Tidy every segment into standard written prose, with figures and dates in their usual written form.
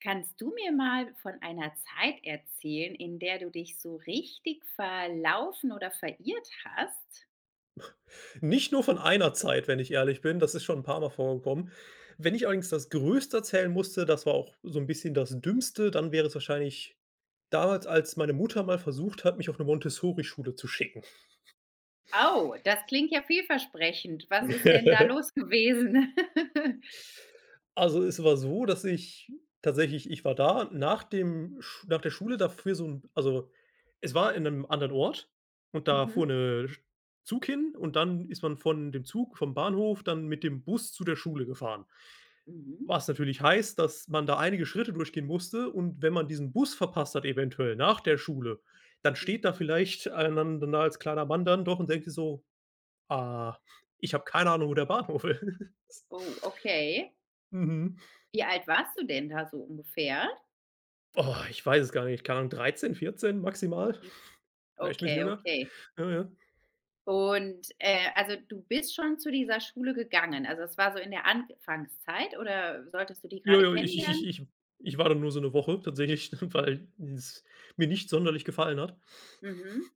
Kannst du mir mal von einer Zeit erzählen, in der du dich so richtig verlaufen oder verirrt hast? Nicht nur von einer Zeit, wenn ich ehrlich bin, das ist schon 'n paar Mal vorgekommen. Wenn ich allerdings das Größte erzählen musste, das war auch so 'n bisschen das Dümmste, dann wäre es wahrscheinlich damals, als meine Mutter mal versucht hat, mich auf 'ne Montessori-Schule zu schicken. Oh, das klingt ja vielversprechend. Was ist denn da los gewesen? Also, es war so, dass ich tatsächlich, ich war da nach dem Sch nach der Schule dafür so 'n, es war in 'nem anderen Ort und da fuhr Mhm, 'ne Sch Zug hin, und dann ist man von dem Zug vom Bahnhof dann mit dem Bus zu der Schule gefahren. mhm, Was natürlich heißt, dass man da einige Schritte durchgehen musste, und wenn man diesen Bus verpasst hat eventuell nach der Schule, dann steht da mhm. vielleicht ein dann dann da als kleiner Mann dann doch und denkt sich so: „Ah, ich habe keine Ahnung, wo der Bahnhof ist." Oh, okay. Mhm. Wie alt warst du denn da so ungefähr? Boah, ich weiß es gar nicht. Keine Ahnung, 13, 14 maximal, vielleicht ein bisschen Okay, jünger. okay. Ja, ja. Und, also, du bist schon zu dieser Schule gegangen. Also, es war so in der Anfangszeit oder solltest du die Ja, gerade ja, ich ich ich kennenlernen? ich ich war dann nur so 1 Woche tatsächlich, weil es mir nicht sonderlich gefallen hat. Mhm.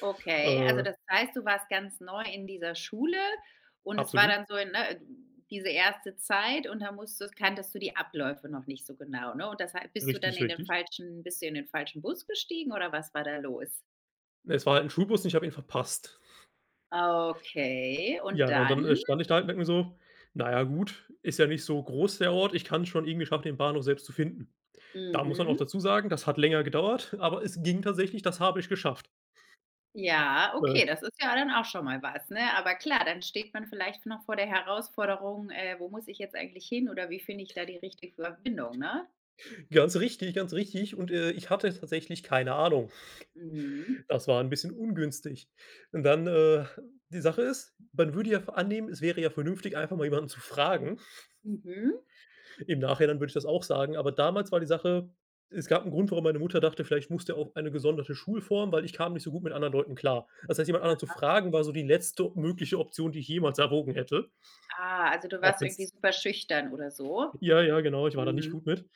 Okay, also Äh, das heißt, du warst ganz neu in dieser Schule und es war absolut. dann so, ne, diese erste Zeit und da musstest kanntest du die Abläufe noch nicht so genau, ne? Und das hei bist du dann Richtig, in den richtig. falschen bist du in den falschen Bus gestiegen oder was war da los? Es war halt ein Schulbus und ich habe ihn verpasst. Okay, und Ja, und dann, dann? stand ich da halt und denke mir so: „Na ja, gut, ist ja nicht so groß der Ort. Ich kann es schon irgendwie schaffen, den Bahnhof selbst zu finden." Da muss man auch Mhm. dazu sagen, das hat länger gedauert, aber es ging tatsächlich, das habe ich geschafft. Ja, Äh, okay, das ist ja dann auch schon mal was, ne? Aber klar, dann steht man vielleicht noch vor der Herausforderung, wo muss ich jetzt eigentlich hin oder wie finde ich da die richtige Verbindung, ne? ganz richtig, ganz richtig, und, ich hatte tatsächlich keine Ahnung. Mhm. Das war 'n bisschen ungünstig. Und dann, die Sache ist, man würde ja f annehmen, es wäre ja vernünftig, einfach mal jemanden zu fragen. Mhm. Im Nachhinein würde ich das auch sagen, aber damals war die Sache, es gab 'n Grund, warum meine Mutter dachte, vielleicht muss der auf eine gesonderte Schulform, weil ich kam nicht so gut mit anderen Leuten klar. Das heißt, jemand anderen zu fragen, war so die letzte mögliche Option, die ich jemals erwogen hätte, Ah, also du auch warst irgendwie wenn's, super schüchtern oder so? ja, ja, genau, ich war da nicht Mhm. gut mit,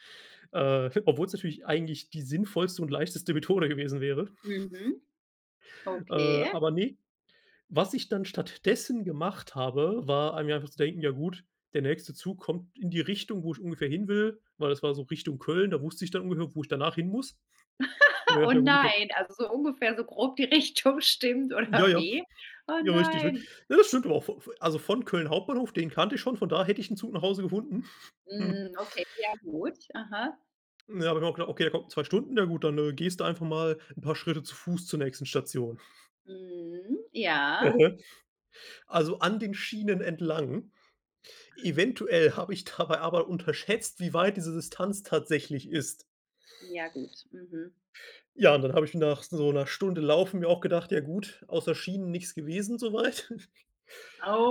obwohl's natürlich eigentlich die sinnvollste und leichteste Methode gewesen wäre. Mhm. Okay. Aber ne, was ich dann stattdessen gemacht habe, war, mir einfach zu denken: „Ja gut, der nächste Zug kommt in die Richtung, wo ich ungefähr hin will", weil das war so Richtung Köln, da wusste ich dann ungefähr, wo ich danach hin muss. Aber ja, Oh ja gut, der, nein, also so ungefähr so grob die Richtung stimmt ja, oder ja, wie? Oh ja, richtig, richtig. nein. Ja, das stimmt aber auch. V v also, von Köln Hauptbahnhof, den kannte ich schon, von da hätte ich 'n Zug nach Hause gefunden. Hm. Mhm, okay, ja gut. Aha. Ja, habe ich mir auch gedacht: „Okay, der kommt in 2 Stunden, ja gut, dann, gehst du einfach mal 'n paar Schritte zu Fuß zur nächsten Station." Mhm. Ja. Mhm. Also, an den Schienen entlang. Eventuell habe ich dabei aber unterschätzt, wie weit diese Distanz tatsächlich ist. Ja gut. Mhm. Ja, und dann habe ich nach so 'ner Stunde Laufen mir auch gedacht: „Ja gut, außer Schienen nix gewesen so weit."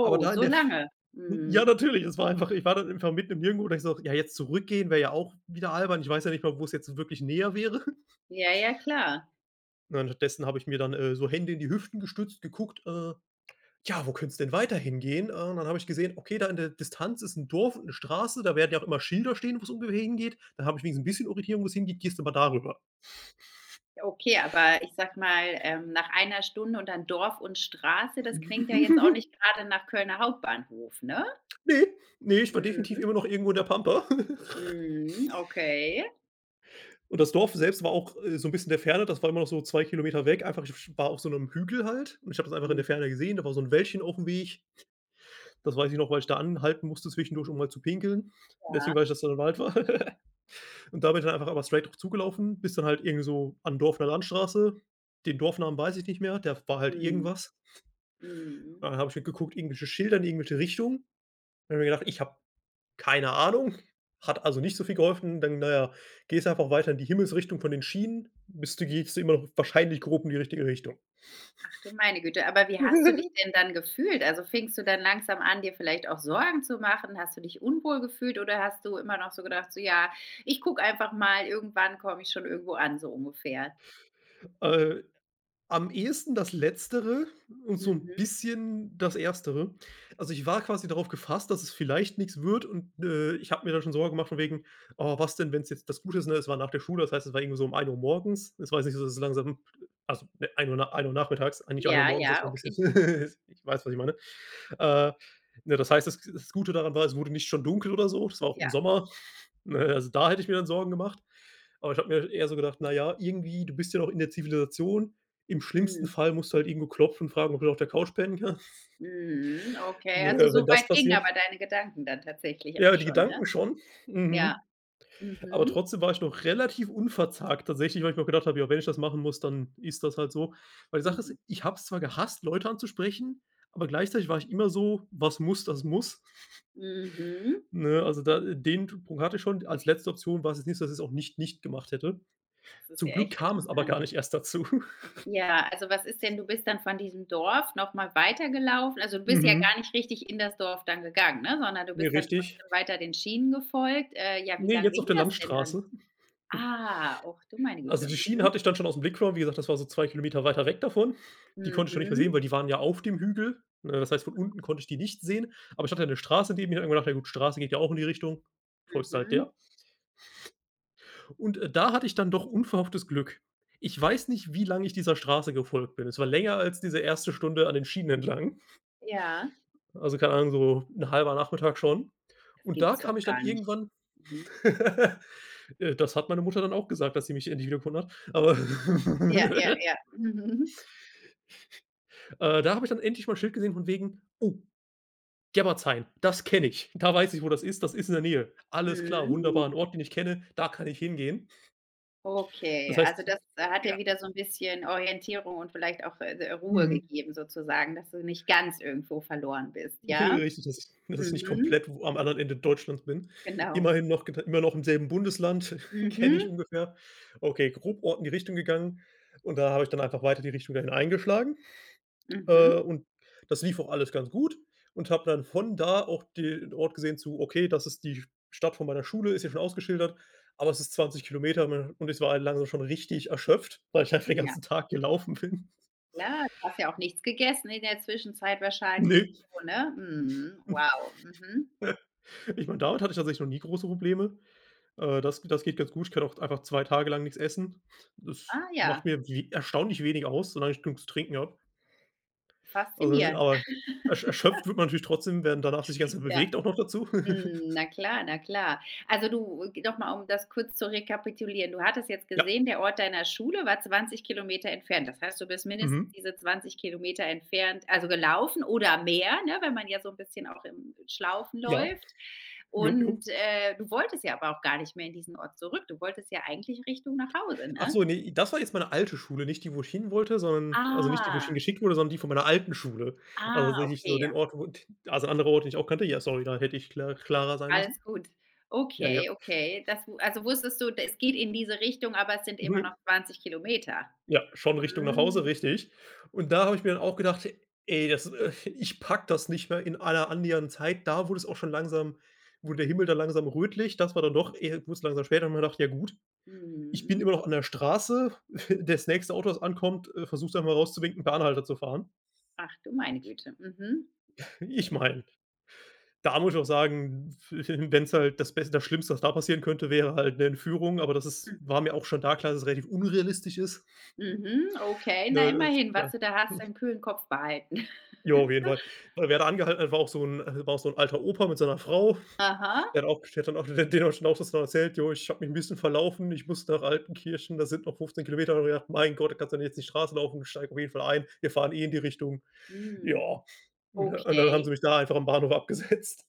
Aber da in so der, lange. ja, Mhm. natürlich. Es war einfach, ich war dann einfach mitten im Nirgendwo, und da ich so: „Ja, jetzt zurückgehen wäre ja auch wieder albern." Ich weiß ja nicht mal, wo es jetzt wirklich näher wäre. Ja, ja, klar. Und anstattdessen habe ich mir dann, so Hände in die Hüften gestützt, geguckt, ja, wo könnte es denn weiter hingehen? Und dann habe ich gesehen, okay, da in der Distanz ist 'n Dorf und 'ne Straße, da werden ja auch immer Schilder stehen, wo's ungefähr hingeht. Dann habe ich wenigstens 'n Mhm. bisschen Orientierung, wo's hingeht: „Gehst du mal darüber." Okay, aber ich sag mal, nach einer Stunde und dann Dorf und Straße, das klingt ja jetzt auch nicht gerade nach Kölner Hauptbahnhof, ne? Ne, ne, ich war definitiv Mhm. immer noch irgendwo in der Pampa. Mhm, okay. Und das Dorf selbst war auch, so ein bisschen in der Ferne, das war immer noch so 2 Kilometer weg. Einfach, ich war auf so einem Hügel halt, und ich habe das einfach in Mhm. der Ferne gesehen. Da war so ein Wäldchen auf dem Weg. Das weiß ich noch, weil ich da anhalten musste zwischendurch, um mal zu pinkeln. Ja. Deswegen weiß ich, dass da ein Wald war. Und da bin ich dann einfach aber straight drauf zugelaufen, bis dann halt irgendwie so an 'n Dorf in Landstraße. Den Dorfnamen weiß ich nicht mehr, der war halt Mhm. irgendwas. Mhm. Und dann habe ich halt geguckt, irgendwelche Schilder in irgendwelche Richtung. Dann habe ich mir gedacht: „Ich habe keine Ahnung, hat also nicht so viel geholfen. Dann, naja, ja, gehst einfach weiter in die Himmelsrichtung von den Schienen, bist du gehst du immer noch wahrscheinlich grob in die richtige Richtung. Ach du meine Güte, aber wie hast du dich denn dann gefühlt? Also, fingst du dann langsam an, dir vielleicht auch Sorgen zu machen? Hast du dich unwohl gefühlt oder hast du immer noch so gedacht, so: „Ja, ich gucke einfach mal, irgendwann komme ich schon irgendwo an“, so ungefähr? Äh, Am ehesten das Letztere und so 'n Mhm. bisschen das Erstere. Also, ich war quasi darauf gefasst, dass es vielleicht nix wird, und, ich habe mir da schon Sorgen gemacht von wegen: „Oh, was denn, wenn's jetzt" das Gute ist, ne, es war nach der Schule, das heißt, es war irgendwie so um ein Uhr morgens. Es war jetzt nicht so, dass es langsam, also, ne, 1 Uhr, na, 1 Uhr nachmittags, nicht ein Uhr Ja, morgens, das ja, war 'n okay, bisschen, ich weiß, was ich meine. Äh, ne, das heißt, das Gute daran war, es wurde nicht schon dunkel oder so. Das war auch im ja. Sommer. Ne, also, da hätte ich mir dann Sorgen gemacht. Aber ich habe mir eher so gedacht: „Na ja, irgendwie, du bist ja noch in der Zivilisation. Im schlimmsten Mhm. Fall musst du halt irgendwo klopfen und fragen, ob du auf der Couch pennen kannst. Mhm, okay. Na Also, ja, so wenn das weit gingen passiert, aber deine Gedanken dann tatsächlich auch ja, die schon, ne? Gedanken schon. Ja. Mhm. Aber Mhm. trotzdem war ich noch relativ unverzagt tatsächlich, weil ich mir auch gedacht habe: „Ja, wenn ich das machen muss, dann ist das halt so." Weil die Sache ist, Mhm. ich habe es zwar gehasst, Leute anzusprechen, aber gleichzeitig war ich immer so: „Was muss, das muss." Mhm. Ne, also da den Punkt hatte ich schon. Als letzte Option war es jetzt nicht so, dass ich es auch nicht gemacht hätte. Das ist Zum ja Glück echt kam es aber gar interessant. nicht erst dazu. Ja, also was ist denn du bist dann von diesem Dorf noch mal weitergelaufen? Also, du bist ja gar Mhm. nicht richtig in das Dorf dann gegangen, ne, sondern du Ne, bist dann richtig. trotzdem weiter den Schienen gefolgt. Ja, wie Ne, lange jetzt ging auf der das denn dann? Landstraße. Ah, och du meine Also, Güte. die Schienen Mhm. hatte ich dann schon ausm Blick verloren. Wie gesagt, das war so 2 Kilometer weiter weg davon. Die konnte ich noch nicht mehr sehen, Mhm. weil die waren ja auf dem Hügel, ne? Das heißt, von unten konnte ich die nicht sehen, aber ich hatte ja 'ne Straße neben mir. Habe mir gedacht: „Ja gut, Straße geht ja auch in die Richtung, folgst halt Mhm. der." Und, da hatte ich dann doch unverhofftes Glück. Ich weiß nicht, wie lange ich dieser Straße gefolgt bin. Es war länger als diese erste Stunde an den Schienen entlang. Ja, Also, keine Ahnung, so 'n halber Nachmittag schon. das Und da gibt's kam doch ich dann gar nicht. irgendwann, Mhm. Das hat meine Mutter dann auch gesagt, dass sie mich endlich wiedergefunden hat, aber. Ja, ja, ja. Mhm. Da habe ich dann endlich mal ein Schild gesehen von wegen: „Oh, Gerbertsheim, das kenne ich. Da weiß ich, wo das ist. Das ist in der Nähe. Alles klar, Mhm. wunderbar, 'n Ort, den ich kenne, da kann ich hingehen." Das Okay, also heißt, das hat dir ja, wieder so ein bisschen Orientierung und vielleicht auch, Ruhe mhm, gegeben sozusagen, dass du nicht ganz irgendwo verloren bist, ja? richtig, dass ich nicht Mhm. komplett wo am anderen Ende Deutschlands bin. Genau. Immerhin noch geta immer noch im selben Bundesland, kenne ich Mhm, ungefähr. Okay, grob Ort in die Richtung gegangen, und da habe ich dann einfach weiter die Richtung dahin eingeschlagen. Mhm. Und das lief auch alles ganz gut, und habe dann von da auch den Ort gesehen zu: „Okay, das ist die Stadt von meiner Schule, ist hier schon ausgeschildert, aber es ist 20 Kilometer me und ich war halt langsam schon richtig erschöpft, weil ich einfach den Ja, ganzen Tag gelaufen bin. klar, du hast ja auch nichts gegessen in der Zwischenzeit wahrscheinlich Ne. und so, ne? Mhm. Wow. Mhm. Ich meine, damit hatte ich tatsächlich noch nie große Probleme. Das geht ganz gut. Ich kann auch einfach 2 Tage lang nichts essen. Das Ah macht ja, mir we erstaunlich wenig aus, solange ich genug zu trinken habe. Also, faszinierend. aber erschöpft wird man natürlich trotzdem, werden danach sich die ganze Zeit Ja. bewegt auch noch dazu. Mhm, na klar, na klar. Also, du g noch mal, um das kurz zu rekapitulieren. Du hattest jetzt Ja. gesehen, der Ort deiner Schule war 20 Kilometer entfernt. Das heißt, du bist mindestens Mhm. diese 20 Kilometer entfernt also, gelaufen oder mehr, ne, wenn man ja so ein bisschen auch im Schlaufen Ja. läuft. Jupp, jupp. Und, du wolltest ja aber auch gar nicht mehr in diesen Ort zurück. Du wolltest ja eigentlich Richtung nach Hause, Ach ne? so, ne, das war jetzt meine alte Schule, nicht die, wo ich hin wollte, sondern, also, nicht die, wo ich Ah, hingeschickt wurde, sondern die von meiner alten Schule. Also ah, tatsächlich so okay, den Ort, wo d also andere Orte, den ich auch kannte. Ja, sorry, da hätte ich klarer sein alles müssen. gut. Ja, ja. Okay, okay. Das wu also, wusstest du, es geht in diese Richtung, aber es sind immer Mhm. noch 20 Kilometer. Ja, schon Richtung nach Mhm. Hause, richtig. Und da habe ich mir dann auch gedacht: „Ey, das ich packe das nicht mehr in einer annähernden Zeit." Da wurde es auch schon langsam, wurde der Himmel dann langsam rötlich. Das war dann doch eher, wurde es langsam später. Und mir gedacht: „Ja gut, ich bin Mhm. immer noch an der Straße. Das nächste Auto, das ankommt, versuch's einfach mal rauszuwinken, per Anhalter zu fahren." Ach du meine Güte. Mhm. Ich meine, da muss ich auch sagen, wenn's halt das Schlimmste, was da passieren könnte, wäre halt eine Entführung, aber das ist Mhm. war mir auch schon da klar, dass es relativ unrealistisch ist, Mhm. Okay, na ne? Das immerhin, was ja. du da hast, einen kühlen Kopf behalten. Ja, auf jeden Fall. Weil wer da angehalten hat, war auch so 'n alter Opa mit seiner Frau. Aha. Der hat dann auch den auch schon auch das dann erzählt: „Jo, ich habe mich ein bisschen verlaufen. Ich muss nach Altenkirchen, das sind noch 15 Kilometer. Da ich gedacht: „Mein Gott, da kannst du nicht jetzt die Straße laufen, steig auf jeden Fall ein. Wir fahren eh in die Richtung." Hm. Ja, und dann haben Okay. sie mich da einfach am Bahnhof abgesetzt.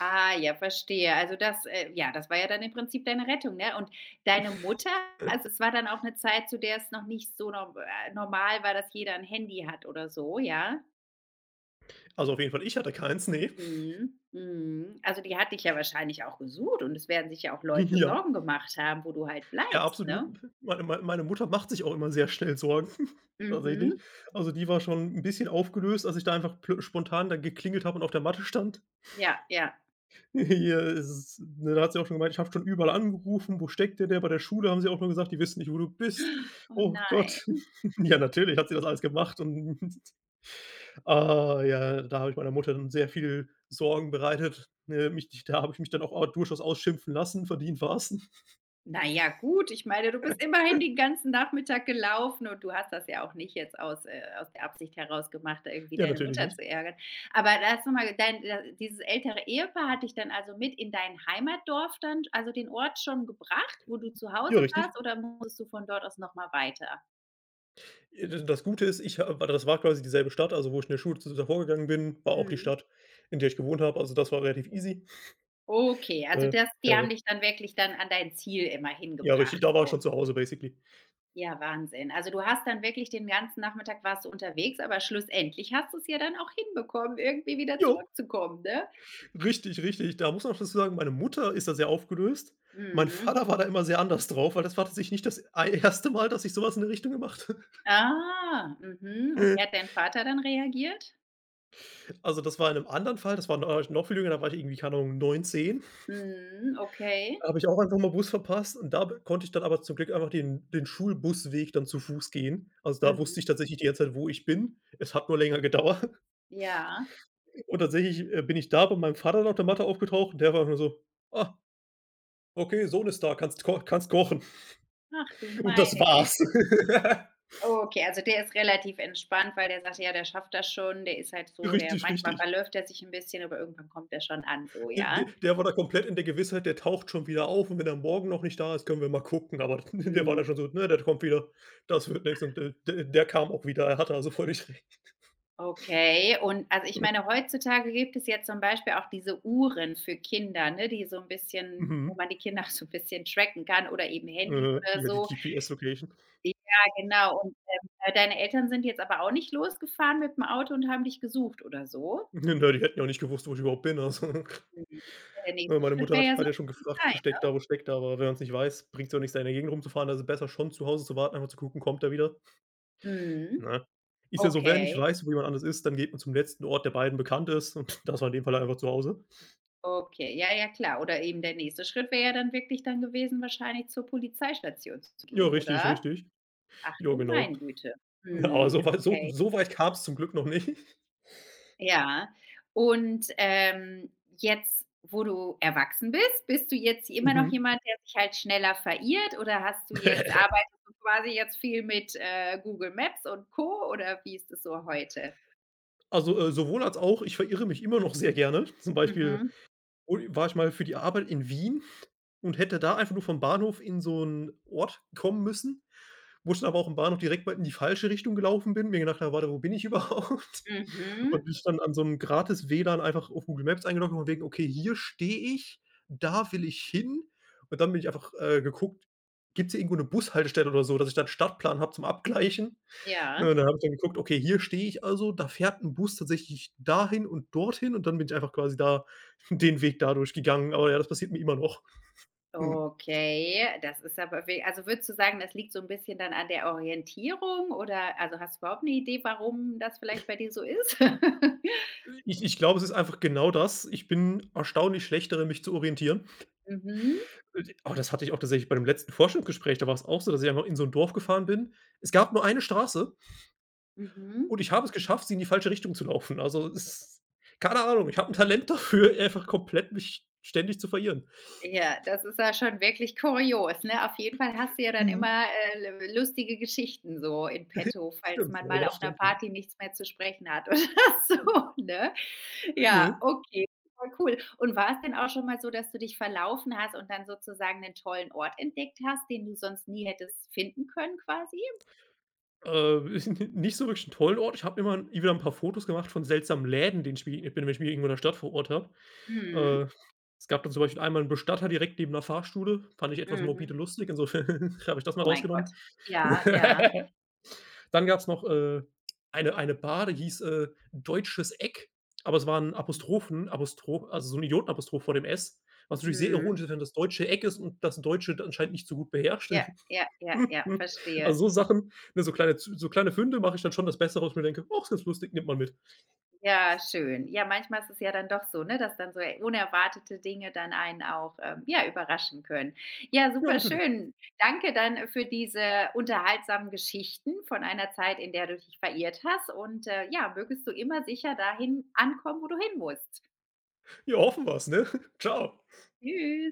Ah, ja, verstehe. Also das ja, das war ja dann im Prinzip deine Rettung, ne? Und deine Mutter also es war dann auch eine Zeit, zu der es noch nicht so nor normal war, dass jeder ein Handy hat oder so, ja? Also, auf jeden Fall, ich hatte keins, ne. Mhm. Mhm. Also die hat dich ja wahrscheinlich auch gesucht und es werden sich ja auch Leute Ja, Sorgen gemacht haben, wo du halt ja, bleibst, absolut. ne? Meine Mutter macht sich auch immer sehr schnell Sorgen, Mhm. tatsächlich. Also, die war schon ein bisschen aufgelöst, als ich da einfach pl spontan da geklingelt habe und auf der Matte stand. Ja, ja. Hier ist es ne, da hat sie auch schon gemeint: „Ich habe schon überall angerufen. Wo steckt der?“ Bei der Schule haben sie auch nur gesagt: „Die wissen nicht, wo du bist." Oh Oh Gott. nein. Ja, natürlich hat sie das alles gemacht und ja, da habe ich meiner Mutter dann sehr viel Sorgen bereitet, ne? Mich da habe ich mich dann auch durchaus ausschimpfen lassen. Verdient war's. Na ja, gut, ich meine, du bist immerhin den ganzen Nachmittag gelaufen und du hast das ja auch nicht jetzt aus aus der Absicht heraus gemacht, da irgendwie Ja, deine natürlich Mutter nicht. zu ärgern. Aber lass noch mal dein da dieses ältere Ehepaar hat dich dann also mit in dein Heimatdorf dann also den Ort schon gebracht, wo du zu Ja, Hause richtig. warst, oder musstest du von dort aus noch mal weiter? Das Gute ist, ich habe das war quasi dieselbe Stadt, also wo ich in der Schule zu davor gegangen bin, war auch die Mhm. Stadt, in der ich gewohnt habe. Also, das war relativ easy. Okay, also Äh, das die ja, haben ja. dich dann wirklich dann an dein Ziel immer Ja, richtig, hingebracht, da war ich so. schon zu Hause basically. Ja, Wahnsinn. Also, du hast dann wirklich den ganzen Nachmittag warst du unterwegs, aber schlussendlich hast du es ja dann auch hinbekommen, irgendwie wieder Jo, zurückzukommen, ne? richtig, richtig. Da muss man auch dazu sagen, meine Mutter ist da sehr aufgelöst. Mein Mhm. Vater war da immer sehr anders drauf, weil das war tatsächlich nicht das ei erste Mal, dass ich sowas in der Richtung gemacht habe. Ah, mhm. Und wie hat dein Vater dann reagiert? Also, das war in einem anderen Fall, das war da noch viel jünger, da war ich irgendwie, keine Ahnung, 9. Mhm, okay. Da habe ich auch einfach mal Bus verpasst und da b konnte ich dann aber zum Glück einfach den Schulbusweg dann zu Fuß gehen. Also, da Mhm. wusste ich tatsächlich die ganze Zeit, wo ich bin. Es hat nur länger gedauert Ja. und tatsächlich, bin ich da bei meinem Vater nach der Mathe aufgetaucht und der war einfach nur so: „Ah, okay, Sohn ist da, kannst kochen." Ach du Und das meine war's. Güte. Okay, also der ist relativ entspannt, weil der sagt: „Ja, der schafft das schon.“ Der ist halt so, der Richtig, manchmal richtig. verläuft er sich ein bisschen, aber irgendwann kommt er schon an so, D ja? d der war da komplett in der Gewissheit, der taucht schon wieder auf und wenn er morgen noch nicht da ist, können wir mal gucken, aber der war Mhm. da schon so: „Ne, der kommt wieder, das wird nix." Und, d der kam auch wieder, er hatte also völlig recht. Okay, und also ich meine, heutzutage gibt es ja zum Beispiel auch diese Uhren für Kinder, ne, die so ein bisschen wo Mhm. man die Kinder so ein bisschen tracken kann oder eben Handys oder Ja, die so. GPS-Location. Ja, genau. Und, deine Eltern sind jetzt aber auch nicht losgefahren mit dem Auto und haben dich gesucht oder so? Na, die hätten ja auch nicht gewusst, wo ich überhaupt bin. Also, Mhm. Ja, der ne, nächste meine Schritt Mutter wäre ja hat ja sonst schon gefragt: Polizei. „Wo steckt da, wo steckt da?" Aber wenn man es nicht weiß, bringt's ja auch nichts, da in der Gegend rumzufahren. Also, besser schon zu Hause zu warten, einfach zu gucken, kommt er wieder. Mhm. Na, ist ja so, wer nicht Okay, weiß, wo jemand anders ist, dann geht man zum letzten Ort, der beiden bekannt ist, und das war in dem Fall einfach zu Hause. okay. Ja, ja, klar. Oder eben der nächste Schritt wäre ja dann wirklich dann gewesen, wahrscheinlich zur Polizeistation zu Ja, gehen, richtig, oder? richtig. Ach Ja, du genau. meine Güte. Ja, aber Mhm, okay. so weit kam's zum Glück noch nicht. Ja, und, jetzt, wo du erwachsen bist, bist du jetzt immer noch Mhm. jemand, der sich halt schneller verirrt oder hast du jetzt arbeitest du quasi jetzt viel mit, Google Maps und Co. oder wie ist es so heute? Also, sowohl als auch, ich verirre mich immer noch sehr gerne. Zum Beispiel, Mhm, oh, war ich mal für die Arbeit in Wien. Und hätte da einfach nur vom Bahnhof in so 'n Ort kommen müssen, wo ich dann aber auch im Bahnhof direkt mal in die falsche Richtung gelaufen bin, mir gedacht habe: „Warte, wo bin ich überhaupt?" mhm, Und mich dann an so 'nem gratis WLAN einfach auf Google Maps eingeloggt habe von wegen: „Okay, hier stehe ich, da will ich hin." Und dann bin ich einfach, geguckt, gibt's hier irgendwo 'ne Bushaltestelle oder so, dass ich da 'n Stadtplan habe zum Abgleichen, ne? ja. Und dann habe ich dann geguckt: „Okay, hier stehe ich also, da fährt 'n Bus tatsächlich dahin und dorthin." Und dann bin ich einfach quasi da den Weg dadurch gegangen. Aber ja, das passiert mir immer noch. Okay, das ist aber we also würdest du sagen, das liegt so ein bisschen dann an der Orientierung oder also, hast du überhaupt eine Idee, warum das vielleicht bei dir so ist? Ich glaube, es ist einfach genau das. Ich bin erstaunlich schlecht darin, mich zu orientieren. Mhm, Aber das hatte ich auch tatsächlich bei dem letzten Vorstellungsgespräch. Da war es auch so, dass ich einfach in so 'n Dorf gefahren bin. Es gab nur eine Straße mhm. und ich habe es geschafft, sie in die falsche Richtung zu laufen. Also, es keine Ahnung, ich habe 'n Talent dafür, einfach komplett mich ständig zu verirren. Ja, das ist ja schon wirklich kurios, ne? Auf jeden Fall hast du ja dann Mhm. immer, lustige Geschichten so in petto, falls Stimmt man wohl, mal das auf einer stimmt wohl. Party nichts mehr zu sprechen hat oder so, ne? Ja. Ja, okay, voll cool. Und war es denn auch schon mal so, dass du dich verlaufen hast und dann sozusagen einen tollen Ort entdeckt hast, den du sonst nie hättest finden können quasi? Ist n nicht so wirklich 'n tollen Ort. Ich habe immer wieder 'n paar Fotos gemacht von seltsamen Läden, denen ich begegnet bin, wenn ich mich irgendwo in der Stadt vor Ort habe. Mhm, Äh, Es gab dann zum Beispiel einmal 'n Bestatter direkt neben 'ner Fahrschule, fand ich etwas morbide mhm. lustig, insofern habe ich das mal Oh mein Gott. rausgenommen. Ja, ja. Dann gab's noch, eine Bar, die hieß, „Deutsches Eck", aber es war 'n Apostrophen Apostro also so 'n Idiotenapostroph vor dem S, was natürlich sehr ironisch Mhm. ist, wenn das Deutsche Eck ist und das Deutsche d anscheinend nicht so gut beherrscht. Ja, ja, ja, ja, verstehe. Also, so Sachen, ne, so kleine Fünde mache ich dann schon das Beste raus, wo ich mir denke: „Ach, ist ganz lustig, nimmt man mit." Ja, schön. Ja, manchmal ist es ja dann doch so, ne, dass dann so unerwartete Dinge dann einen auch, ja, überraschen können. Ja, Ja, super natürlich. schön. Danke dann für diese unterhaltsamen Geschichten von einer Zeit, in der du dich verirrt hast und, ja, mögest du immer sicher dahin ankommen, wo du hin musst. Ja, hoffen wir's, ne? Ciao. Tschüss.